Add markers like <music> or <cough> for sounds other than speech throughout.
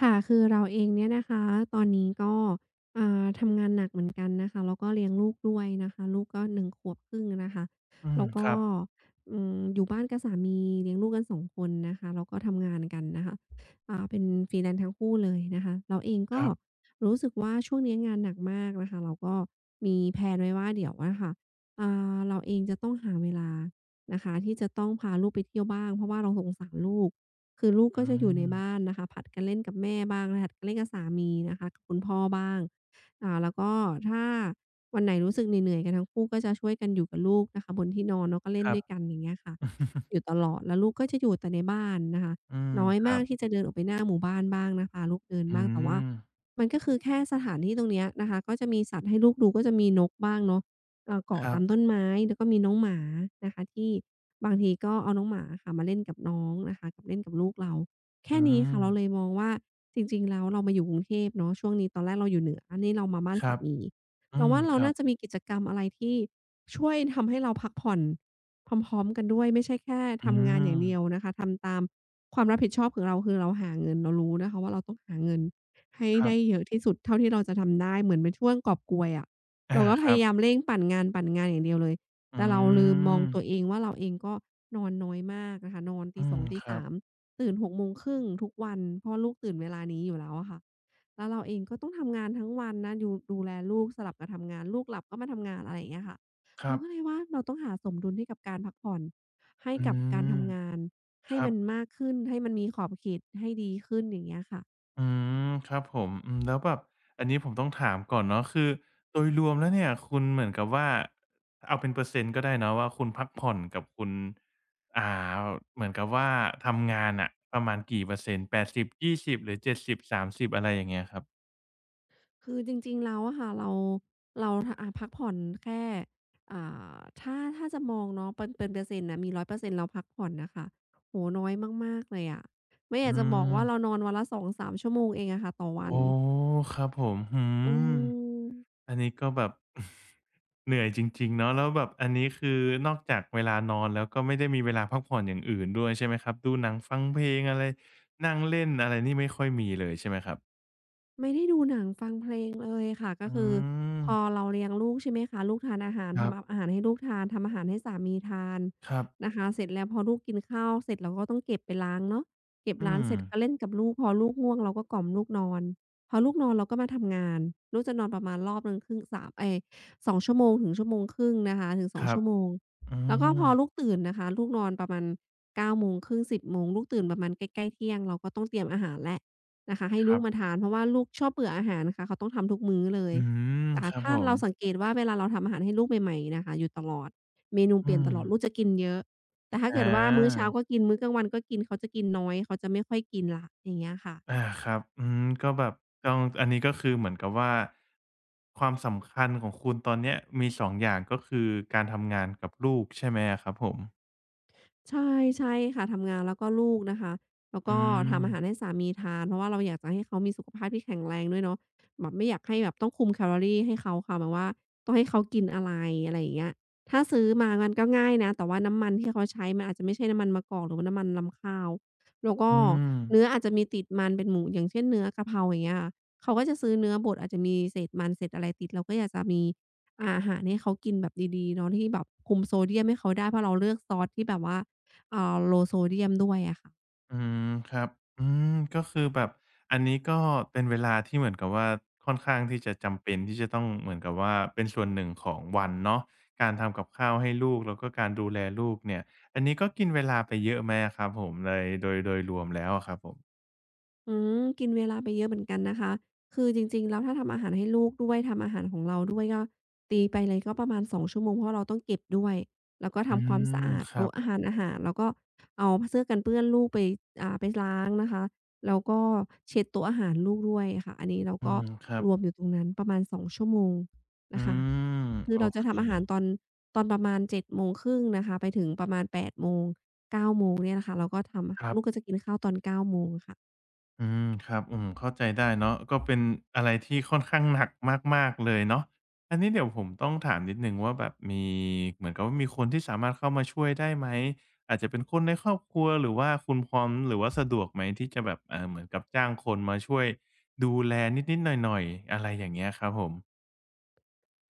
ค่ะคือเราเองเนี่ยนะคะตอนนี้ก็ทำงานหนักเหมือนกันนะคะแล้วก็เลี้ยงลูกด้วยนะคะลูกก็หนึงขวบครึ่งนะคะอืมแล้วคก็รับอยู่บ้านกับสามีเลี้ยงลูกกันสองคนนะคะแล้วก็ทำงานกันนะคะเป็น freelance ทั้งคู่เลยนะคะเราเองคก็รับรู้สึกว่าช่วงนี้งานหนักมากนะคะเราก็มีแพลนไว้ว่าเดี๋ยวอะค่ะอ่เราเองจะต้องหาเวลานะคะที่จะต้องพาลูกไปเที่ยวบ้างเพราะว่าเราสงสารลูก คือลูกก็อืจะอยู่ในมบ้านนะคะผลัดกันเล่นกับแม่บ้างผลัดกันเล่นกับสามีนะคะกับคุณพ่อบ้างแล้วก็ถ้าวันไหนรู้สึกเหนื่อยๆกันทั้งคู่ก็จะช่วยกันอยู่กับลูกนะคะบนที่นอนเนาะก็คเล่นรับ ด้วยกันอย่างเงี้ยค่ะ <laughs> อยู่ตลอดแล้วลูกก็จะอยู่แต่ในบ้านนะคะอืมน้อยครัมาบกที่จะเดินออกไปหน้าหมู่บ้านบ้างนะพาลูกเดินอืบ้างแต่ว่ามมันก็คือแค่สถานที่ตรงเนี้ยนะคะก็จะมีสัตว์ให้ลูกดูก็จะมีนกบ้างเนาะ คเกาะรัตาบมต้นไม้แล้วก็มีน้องหมานะคะที่บางทีก็เอาน้องหมาอะค่ะมาเล่นกับน้องนะคะกับเล่นกับลูกเราอืแค่นี้ค่ะเราเลยมมองว่าจริงๆแล้วเรามาอยู่กรุงเทพเนาะช่วงนี้ตอนแรกเราอยู่เหนืออันนี้เรามาบ้านครัสาบมีอืเรามว่าเราครัน่าจะบมีกิจกรรมอะไรที่ช่วยทำให้เราพักผ่อนพร้อมๆกันด้วยไม่ใช่แค่อืทำงานอมย่างเดียวนะคะทำตามความรับผิดชอบของเราคือเราหาเงินเรารู้นะคะว่าเราต้องหาเงินให้ครัได้บเยอะที่สุดเท่าที่เราจะทำได้เหมือนเป็นช่วงกอบโกยอะ อาเราก็คพรับยายามเร่งปั่นงานปั่นงานอย่างเดียวเลย อืแต่เราลืมมองมตัวเองว่าเราเองก็นอนน้อยมากนะคะนอนตีอืม2ตีครับ3ตื่น6:30ทุกวันเพราะว่าลูกตื่นเวลานี้อยู่แล้วอะค่ะแล้วเราเองก็ต้องทำงานทั้งวันนะดูแลลูกสลับกับทำงาน ลูกหลับก็มาทำงานอะไรอย่างเงี้ยค่ะ ครัเราบก็เลยว่าเราต้องหาสมดุลให้กับการพักผ่อนให้อืกับการมทำงานคให้รับ มันมากขึ้นให้มันมีขอบเขตให้ดีขึ้นอย่างเงี้ยค่ะ อืมครับผมอืมแล้วแบบอันนี้ผมต้องถามก่อนเนาะคือโดยรวมแล้วเนี่ยคุณเหมือนกับว่าเอาเป็นเปอร์เซ็นต์ก็ได้เนาะว่าคุณพักผ่อนกับคุณอ่าเหมือนกับว่าทำงานน่ะประมาณกี่เปอร์เซ็นต์80/20หรือ70/30อะไรอย่างเงี้ยครับคือจริงๆแล้วอะค่ะเราเราพักผ่อนแค่อ่ถ้าจะมองเนาะเป็นเปอร์เซ็นต์น่ะมีร้อยเปอร์์เเซ็นตเราพักผ่อนน่ะค่ะโอ้โฮน้อยมากๆเลยอะไม่ออืยากจะบอกมว่าเรานอนวันละ2-3ชั่วโมงเองอะค่ะต่อวันโอ้ครับผมอือืม ม อันนี้ก็แบบ <laughs> เหนื่อยจริงๆเนาะแล้วแบบอันนี้คือนอกจากเวลานอนแล้วก็ไม่ได้มีเวลาพักผ่อนอย่างอื่นด้วยใช่ไหมครับดูหนังฟังเพลงอะไรนั่งเล่นอะไรนี่ไม่ค่อยมีเลยใช่ไหมครับไม่ได้ดูหนังฟังเพลงเลยค่ะก็อืคือมพอเราเลี้ยงลูกใช่ไหมคะลูกทานอาหารครัทำอบอาหารให้ลูกทานทำอาหารให้สามีทานครับนะคะเสร็จแล้วพอลูกกินข้าวเสร็จเราก็ต้องเก็บไปล้างเนาะเก็บอืล้างมเสร็จก็เล่นกับลูกพอลูกง่วงเราก็กล่อมลูกนอนพอลูกนอนเราก็มาทำงานลูกจะนอนประมาณรอบหนึ่งครึ่งสามเอ๊ยสองชั่วโมงถึงชั่วโมงครึ่งนะคะถึงสคองรับชั่วโมงอืแล้วก็พอลูกมตื่นนะคะลูกนอนประมาณเก้าโมงครึ่งสิบโมงลูกตื่นประมาณใกล้ๆเที่ยงเราก็ต้องเตรียมอาหารแล้ว นะคะให้คลูรักมาบทานเพราะว่าลูกชอบเบื่ออาหารค่ะเขาต้องทำทุกมื้อเลยอืมครับถ้าผมเราสังเกตว่าเวลาเราทำอาหารให้ลูกใหม่ๆน่ะค่ะอยู่ตลอดเมนูเปอืลี่ยนตมลอดลูกจะกินเยอะแต่ถ้าอเกิดว่ามื้อเช้าา ก็กินมื้อกลางวันก็กินเขาจะกินน้อยเขาจะไม่ค่อยกินแล้วอย่างเงี้ยค่ะ อาครับอืมก็แบบต้องอันนี้ก็คือเหมือนกับว่า ความสำคัญของคุณตอนเนี้ยมีสองอย่างก็คือการทำงานกับลูกใช่ไหมอะครับผมใช่ใช่ค่ะทำงานแล้วก็ลูกนะคะแล้วอืก็ทำอาหารมให้สามีทานเพราะว่าเราอยากจะให้เขามีสุขภาพที่แข็งแรงด้วยเนาะแบบไม่อยากให้แบบต้องคุมแคลอรีให้เขาค่ะแบบว่าต้องให้เขากินอะไรอะไรอย่างเงี้ยถ้าซื้อมามันก็ง่ายนะแต่ว่าน้ำมันที่เขาใช้มันอาจจะไม่ใช่น้ำมันมะกอกหรือว่าน้ำมันรำข้าวแล้วก็อืมเนื้ออาจจะมีติดมันเป็นหมูอย่างเช่นเนื้อกะเพราอย่างเงี้ยค่ะเขาก็จะซื้อเนื้อบดอาจจะมีเศษมันเศษอะไรติดเราก็อยากจะมีอาหารให้เขากินแบบดีๆเนาะที่แบบคุมโซเดียมให้เขาได้เพราะเราเลือกซอสที่แบบว่า low sodium ด้วยอะค่ะ อืมครับอืมก็คือแบบอันนี้ก็เป็นเวลาที่เหมือนกับว่าค่อนข้างที่จะจำเป็นที่จะต้องเหมือนกับว่าเป็นส่วนหนึ่งของวันเนาะการทำกับข้าวให้ลูกแล้วก็การดูแลลูกเนี่ย อันนี้ก็กินเวลาไปเยอะไหมอะครับผมเลยโดยรวมแล้วอะครับผมอืกินเวลาไปเยอะเหมือนกันนะคะ คือจริงๆแล้วถ้าทำอาหารให้ลูกด้วยทำอาหารของเราด้วยก็ตีไปเลยก็ประมาณ2ชั่วโมงเพราะเราต้องเก็บด้วยแล้วก็อืทำความมสะอาดครับ โต๊ะทานอาหารแล้วก็เอาเสื้อกันเปื้อนลูกไปไปล้างนะคะแล้วก็เช็ดโต๊ะอาหารลูกด้วยค่ะอันนี้เราอืก็มครับรวมอยู่ตรงนั้นประมาณสองชั่วโมงอืนะคะมคือโอเราจะเคทำอาหารตอนประมาณเจ็ดโมงครึ่งนะคะไปถึงประมาณแปดโมงเก้าโมงเนี่ยนะคะเราก็ทครัำลูกก็บจะกินข้าวตอนเก้าโมงค่ะ อืมครับอืมเข้าใจได้เนาะก็เป็นอะไรที่ค่อนข้างหนักมากๆเลยเนาะอันนี้เดี๋ยวผมต้องถามนิดหนึ่งว่าแบบมีเหมือนกับว่ามีคนที่สามารถเข้ามาช่วยได้ไหมอาจจะเป็นคนในครอบครัวหรือว่าคุณพร้อมหรือว่าสะดวกไหมที่จะแบบเหมือนกับจ้างคนมาช่วยดูแลนิดๆหน่อยๆอะไรอย่างเงี้ยครับผม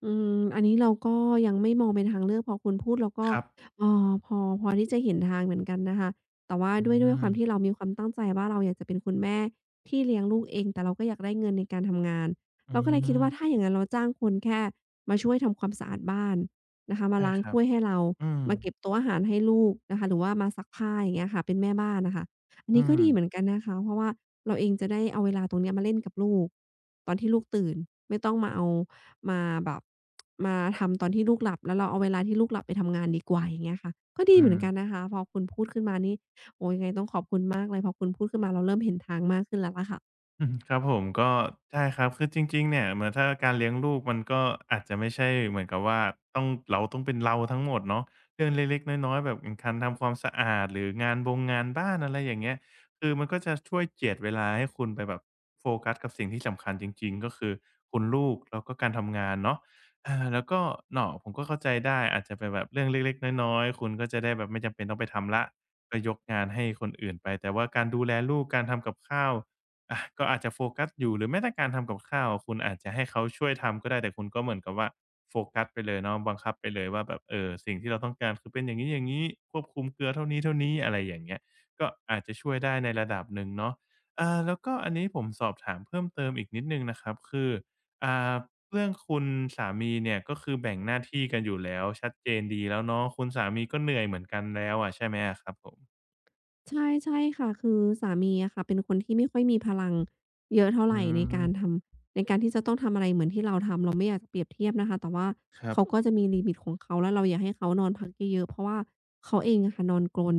อืมอันนี้เราก็ยังไม่มองเป็นทางเลือกพอคุณพูดเราก็ครับพอที่จะเห็นทางเหมือนกันนะคะแต่ว่าอืด้วยมความที่เรามีความตั้งใจว่าเราอยากจะเป็นคุณแม่ที่เลี้ยงลูกเองแต่เราก็อยากได้เงินในการทำงานอืเราก็เลยคิดว่าถ้ามอย่างงั้นเราจ้างคนแค่มาช่วยทำความสะอาดบ้านนะคะมาใช่ล้างครับถ้วยให้เราอืมมาเก็บโต๊ะอาหารให้ลูกนะคะหรือว่ามาซักผ้าอย่างเงี้ยค่ะเป็นแม่บ้านน่ะค่ะอันอืนี้ก็ดีเหมือนมกันนะคะเพราะว่าเราเองจะได้เอาเวลาตรงเนี้ยมาเล่นกับลูกตอนที่ลูกตื่นไม่ต้องมาเอามาแบบ มาทำตอนที่ลูกหลับแล้วเราเอาเวลาที่ลูกหลับไปทำงานดีกว่าอย่างเงี้ยค่ะก็ดีอืเหมือนกันม นะคะพอคุณพูดขึ้นมานี่โอ้ยังไงต้องขอบคุณมากเลยพอคุณพูดขึ้นมาเราเริ่มเห็นทางมากขึ้นแล้วล่ะค่ะ อืมครับผมก็ใช่ครับคือจริงๆเนี่ยเหมือนถ้าการเลี้ยงลูกมันก็อาจจะไม่ใช่เหมือนกับว่าต้องเราต้องเป็นเราทั้งหมดเนาะเรื่องเล็กๆน้อยๆแบบอย่างการทำความสะอาดหรืองานบ้านอะไรอย่างเงี้ยคือมันก็จะช่วยเจียดเวลาให้คุณไปแบบโฟกัสกับสิ่งที่สำคัญจริงๆก็คือคุณลูกแล้วก็การทำงานเนาะอาแล้วก็เนาะผมก็เข้าใจได้อาจจะเป็นแบบเรื่องเล็กๆน้อยๆคุณก็จะได้แบบไม่จำเป็นต้องไปทำแล้วก็ยกงานให้คนอื่นไปแต่ว่าการดูแลลูกการทำกับข้าว อะก็อาจจะโฟกัสอยู่หรือแม้แต่การทำกับข้าวคุณอาจจะให้เขาช่วยทำก็ได้แต่คุณก็เหมือนกับว่าโฟกัสไปเลยเนาะบังคับไปเลยว่าแบบสิ่งที่เราต้องการคือเป็นอย่างงี้ๆควบคุมเกลือเท่านี้ๆอะไรอย่างเงี้ยก็อาจจะช่วยได้ในระดับหนึ่งเนาะแล้วก็อันนี้ผมสอบถามเพิ่มเติมอีกนิดหนึ่งนะครับคืออ่าเรื่องคุณสามีเนี่ยก็คือแบ่งหน้าที่กันอยู่แล้วชัดเจนดีแล้วเนาะคุณสามีก็เหนื่อยเหมือนกันแล้วอะใช่ไหมอะครับผมใช่ใช่ค่ะคือสามีอะค่ะเป็นคนที่ไม่ค่อยมีพลังเยอะเท่าอืไรมในการที่จะต้องทำอะไรเหมือนที่เราทำเราไม่อยากจะเปรียบเทียบนะคะแต่ว่าครับเขาก็จะมีลิมิตของเขาแล้วเราอยากให้เขานอนพักเยอะๆเพราะว่าเขาเองอะค่ะนอนกรน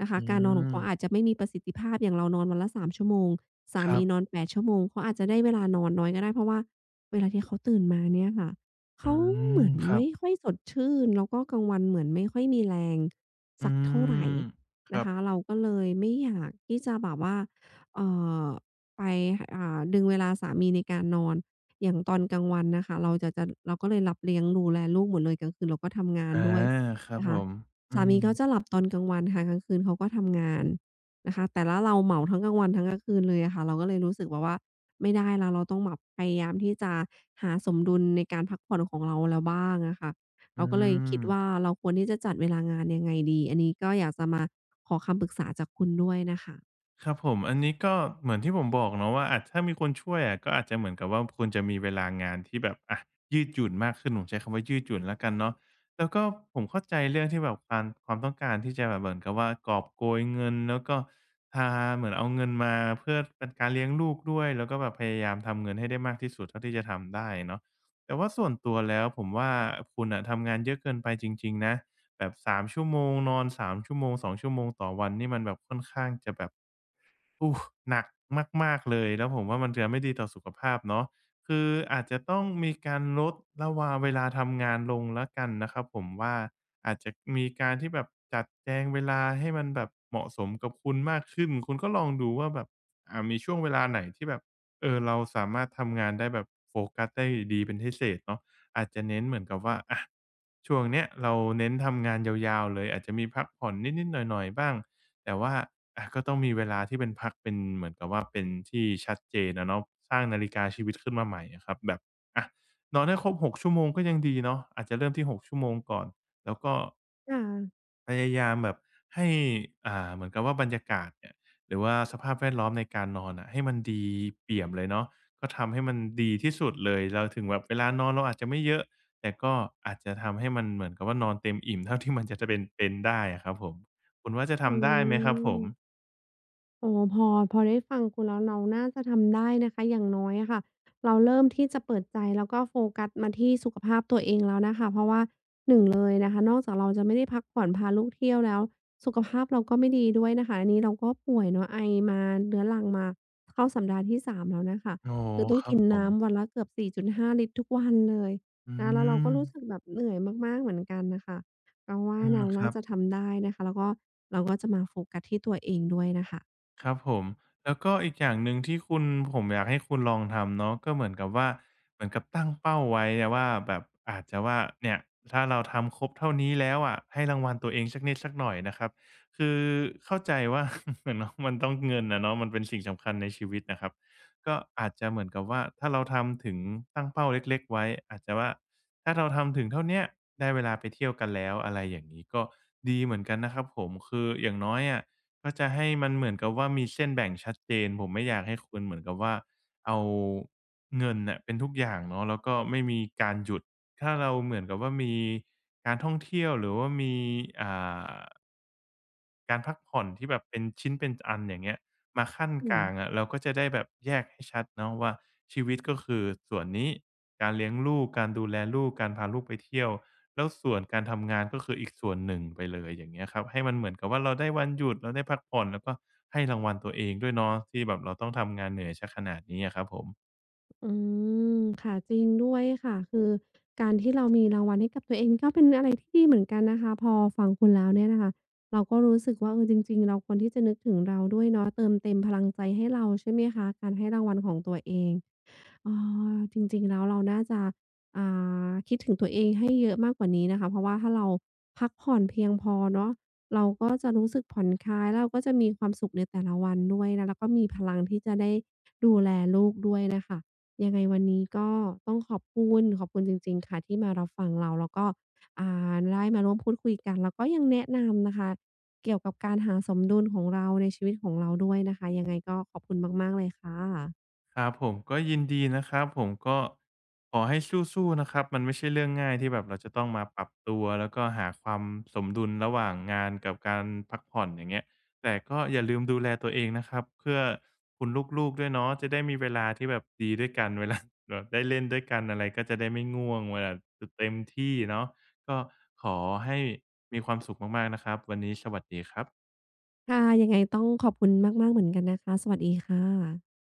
นะคะอืการนอนของมเขาอาจจะไม่มีประสิทธิภาพอย่างเรานอนวันละสามชั่วโมงสาครัมีนอบ นแปดชั่วโมงเขาอาจจะได้เวลานอนน้อยก็ได้เพราะว่าเวลาที่เขาตื่นมาเนี่ยค่ะอืเขาเหมมือนครับไม่ค่อยสดชื่นแล้วก็กลางวันเหมือนไม่ค่อยมีแรงอืสักเท่าไร มครันะบคะเราก็เลยไม่อยากที่จะแบบว่าเอ่อไปดึงเวลาสามีในการนอนอย่างตอนกลางวันน่ะค่ะเราจะจะเราก็เลยรับเลี้ยงดูแลลูกหมดเลยกลางคืนเราก็ทำงานอาด้วยครับนะผคะมอืสามมีเขาจะหลับตอนกลางวันค่ะกลางคืนเขาก็ทำงานนะคะแต่ละเราเหมาทั้งกลางวันทั้งกลางคืนเลยอะค่ะเราก็เลยรู้สึกแบบว่าไม่ได้แล้วเราต้องแบบพยายามที่จะหาสมดุลในการพักผ่อนของเราแล้วบ้างอะค่ะ อืเราก็เลยคิม ดว่าเราควรที่จะจัดเวลางานยังไงดีอันนี้ก็อยากจะมาขอคำปรึกษาจากคุณด้วยน่ะค่ะครับผมอันนี้ก็เหมือนที่ผมบอกเนาะว่าอาจถ้ามีคนช่วยอะก็อาจจะเหมือนกับว่าคุณจะมีเวลางานที่แบบอะยืดหยุ่นมากขึ้นผมใช้คำว่ายืดหยุ่นแล้วกันเนาะแล้วก็ผมเข้าใจเรื่องที่แบบการความต้องการที่จะแบบเหมือนกับว่ากอบโกยเงินแล้วก็พาเหมือนเอาเงินมาเพื่อเป็นการเลี้ยงลูกด้วยแล้วก็แบบพยายามทำเงินให้ได้มากที่สุดเท่าที่จะทำได้เนาะแต่ว่าส่วนตัวแล้วผมว่าคุณอ่ะทำงานเยอะเกินไปจริงๆนะแบบสามชั่วโมงนอนสามชั่วโมง2 ชั่วโมงต่อวันนี่มันแบบค่อนข้างจะแบบ อู้หนักมากๆเลยแล้วผมว่ามันจะไม่ดีต่อสุขภาพเนาะคืออาจจะต้องมีการลดระหว่างเวลาทำงานลงแล้วกันนะครับผมว่าอาจจะมีการที่แบบจัดแจงเวลาให้มันแบบเหมาะสมกับคุณมากขึ้นคุณก็ลองดูว่าแบบมีช่วงเวลาไหนที่แบบเราสามารถทำงานได้แบบโฟกัสได้ดีเป็นพิเศษเนาะอาจจะเน้นเหมือนกับว่าอะช่วงเนี้ยเราเน้นทำงานยาวๆเลยอาจจะมีพักผ่อนนิดๆหน่อยๆบ้าง แต่ว่าอะก็ต้องมีเวลาที่เป็นพักเป็นเหมือนกับว่าเป็นที่ชัดเจนอะเนาะสร้างนาฬิกาชีวิตขึ้นมาใหม่อะครับแบบอะนอนให้ครบ6ชั่วโมงก็ยังดีเนาะอาจจะเริ่มที่6ชั่วโมงก่อนแล้วก็ค่ะพยายามแบบให้เหมือนกับว่าบรรยากาศเนี่ยหรือว่าสภาพแวดล้อมในการนอนน่ะให้มันดีเปี่ยมเลยเนาะก็ทำให้มันดีที่สุดเลยเราถึงแบบเวลานอนเราอาจจะไม่เยอะแต่ก็อาจจะทำให้มันเหมือนกับว่านอนเต็มอิ่มเท่าที่มันจะเป็นได้อะครับผมคุณว่าจะอืทำได้ไหมครับผม ม โอ้พอได้ฟังคุณแล้วเราน่าจะทำได้นะคะอย่างน้อยอะค่ะเราเริ่มที่จะเปิดใจแล้วก็โฟกัสมาที่สุขภาพตัวเองแล้วนะคะเพราะว่าหนึ่งเลยนะคะนอกจากเราจะไม่ได้พักผ่อนพาลูกเที่ยวแล้วสุขภาพเราก็ไม่ดีด้วยนะคะอันนี้เราก็ป่วยเนาะไอมาเรื้อรังมาเข้าสัปดาห์ที่สามแล้วนะคะโอคืโออต้อคงรับกินผมน้ำวันละเกือบ4าลิตรทุกวันเลยอืนะแล้วเรามก็รู้สึกแบบเหนื่อยมากๆเหมือนกันน่ะค่ะเราว่าอืมเราครัน่าบ จะทำได้นะคะแล้วก็เราก็จะมาโฟกัสที่ตัวเองด้วยนะคะ ครับผมแล้วก็อีกอย่างหนึ่งที่คุณผมอยากให้คุณลองทำเนาะก็เหมือนกับว่าเหมือนกับตั้งเป้าไว้อะว่าแบบอาจจะว่าเนี่ยถ้าเราทำครบเท่านี้แล้วอะให้รางวัลตัวเองสักนิดสักหน่อยนะครับคือเข้าใจว่า <laughs> เมนาะมันต้องเงินอะเนาะมันเป็นสิ่งสำคัญในชีวิตนะครับก็อาจจะเหมือนกับว่าถ้าเราทำถึงตั้งเป้าเล็กๆไว้อาจจะว่าถ้าเราทำถึงเท่าเนี้ยได้เวลาไปเที่ยวกันแล้วอะไรอย่างนี้ก็ดีเหมือนกันนะครับผมคืออย่างน้อยอะ ก็จะให้มันเหมือนกับว่ามีเส้นแบ่งชัดเจนผมไม่อยากให้คุณเหมือนกับว่าเอาเงินน่ะเป็นทุกอย่างเนาะแล้วก็ไม่มีการหยุดถ้าเราเหมือนกับว่ามีการท่องเที่ยวหรือว่ามีอ่า การพักผ่อนที่แบบเป็นชิ้นเป็นอันอย่างเงี้ยมาขั้นกลางค่ะอะเราก็จะได้แบบแยกให้ชัดเนาะว่าชีวิตก็คือส่วนนี้การเลี้ยงลูกการดูแลลูกการพาลูกไปเที่ยวแล้วส่วนการทำงานก็คืออีกส่วนหนึ่งไปเลยอย่างเงี้ยครับให้มันเหมือนกับว่าเราได้วันหยุดเราได้พักผ่อนแล้วก็ให้รางวัลตัวเองด้วยเนาะที่แบบเราต้องทำงานเหนื่อยเสียขนาดนี้อะครับผม อืมค่ะจริงด้วยค่ะคือการที่เรามีรางวัลให้กับตัวเองก็เป็นอะไรที่ดีเหมือนกันนะคะพอฟังคุณแล้วเนี่ยนะคะเราก็รู้สึกว่าเออจริงๆเราควรที่จะนึกถึงเราด้วยเนาะเติมเต็มพลังใจให้เราใช่ไหมคะการให้รางวัลของตัวเอง เอ่จริงๆแล้วเราน่าจะอ่คิดถึงตัวเองให้เยอะมากกว่านี้นะคะเพราะว่าถ้าเราพักผ่อนเพียงพอเนาะเราก็จะรู้สึกผ่อนคลายแล้วเราก็จะมีความสุขในแต่ละวันด้วยนะแล้วก็มีพลังที่จะได้ดูแลลูกด้วยน่ะค่ะยังไงวันนี้ก็ต้องขอบคุณขอบคุณจริงๆค่ะที่มารับฟังเราแล้วก็อ่ได้มาร่วมพูดคุยกันแล้วก็ยังแนะนำนะคะเกี่ยวกับการหาสมดุลของเราในชีวิตของเราด้วยนะคะยังไงก็ขอบคุณมากๆเลยค่ะ ครับผมก็ยินดีนะครับผมก็ขอให้สู้ๆนะครับมันไม่ใช่เรื่องง่ายที่แบบเราจะต้องมาปรับตัวแล้วก็หาความสมดุลระหว่างงานกับการพักผ่อนอย่างเงี้ยแต่ก็อย่าลืมดูแลตัวเองนะครับเพื่อคุณลูกๆด้วยเนาะจะได้มีเวลาที่แบบดีด้วยกันเวลาแบบได้เล่นด้วยกันอะไรก็จะได้ไม่ง่วงเวลาเต็มที่เนาะก็ขอให้มีความสุขมากๆนะครับวันนี้สวัสดีครับค่ะยังไงต้องขอบคุณมากๆเหมือนกันนะคะสวัสดีค่ะ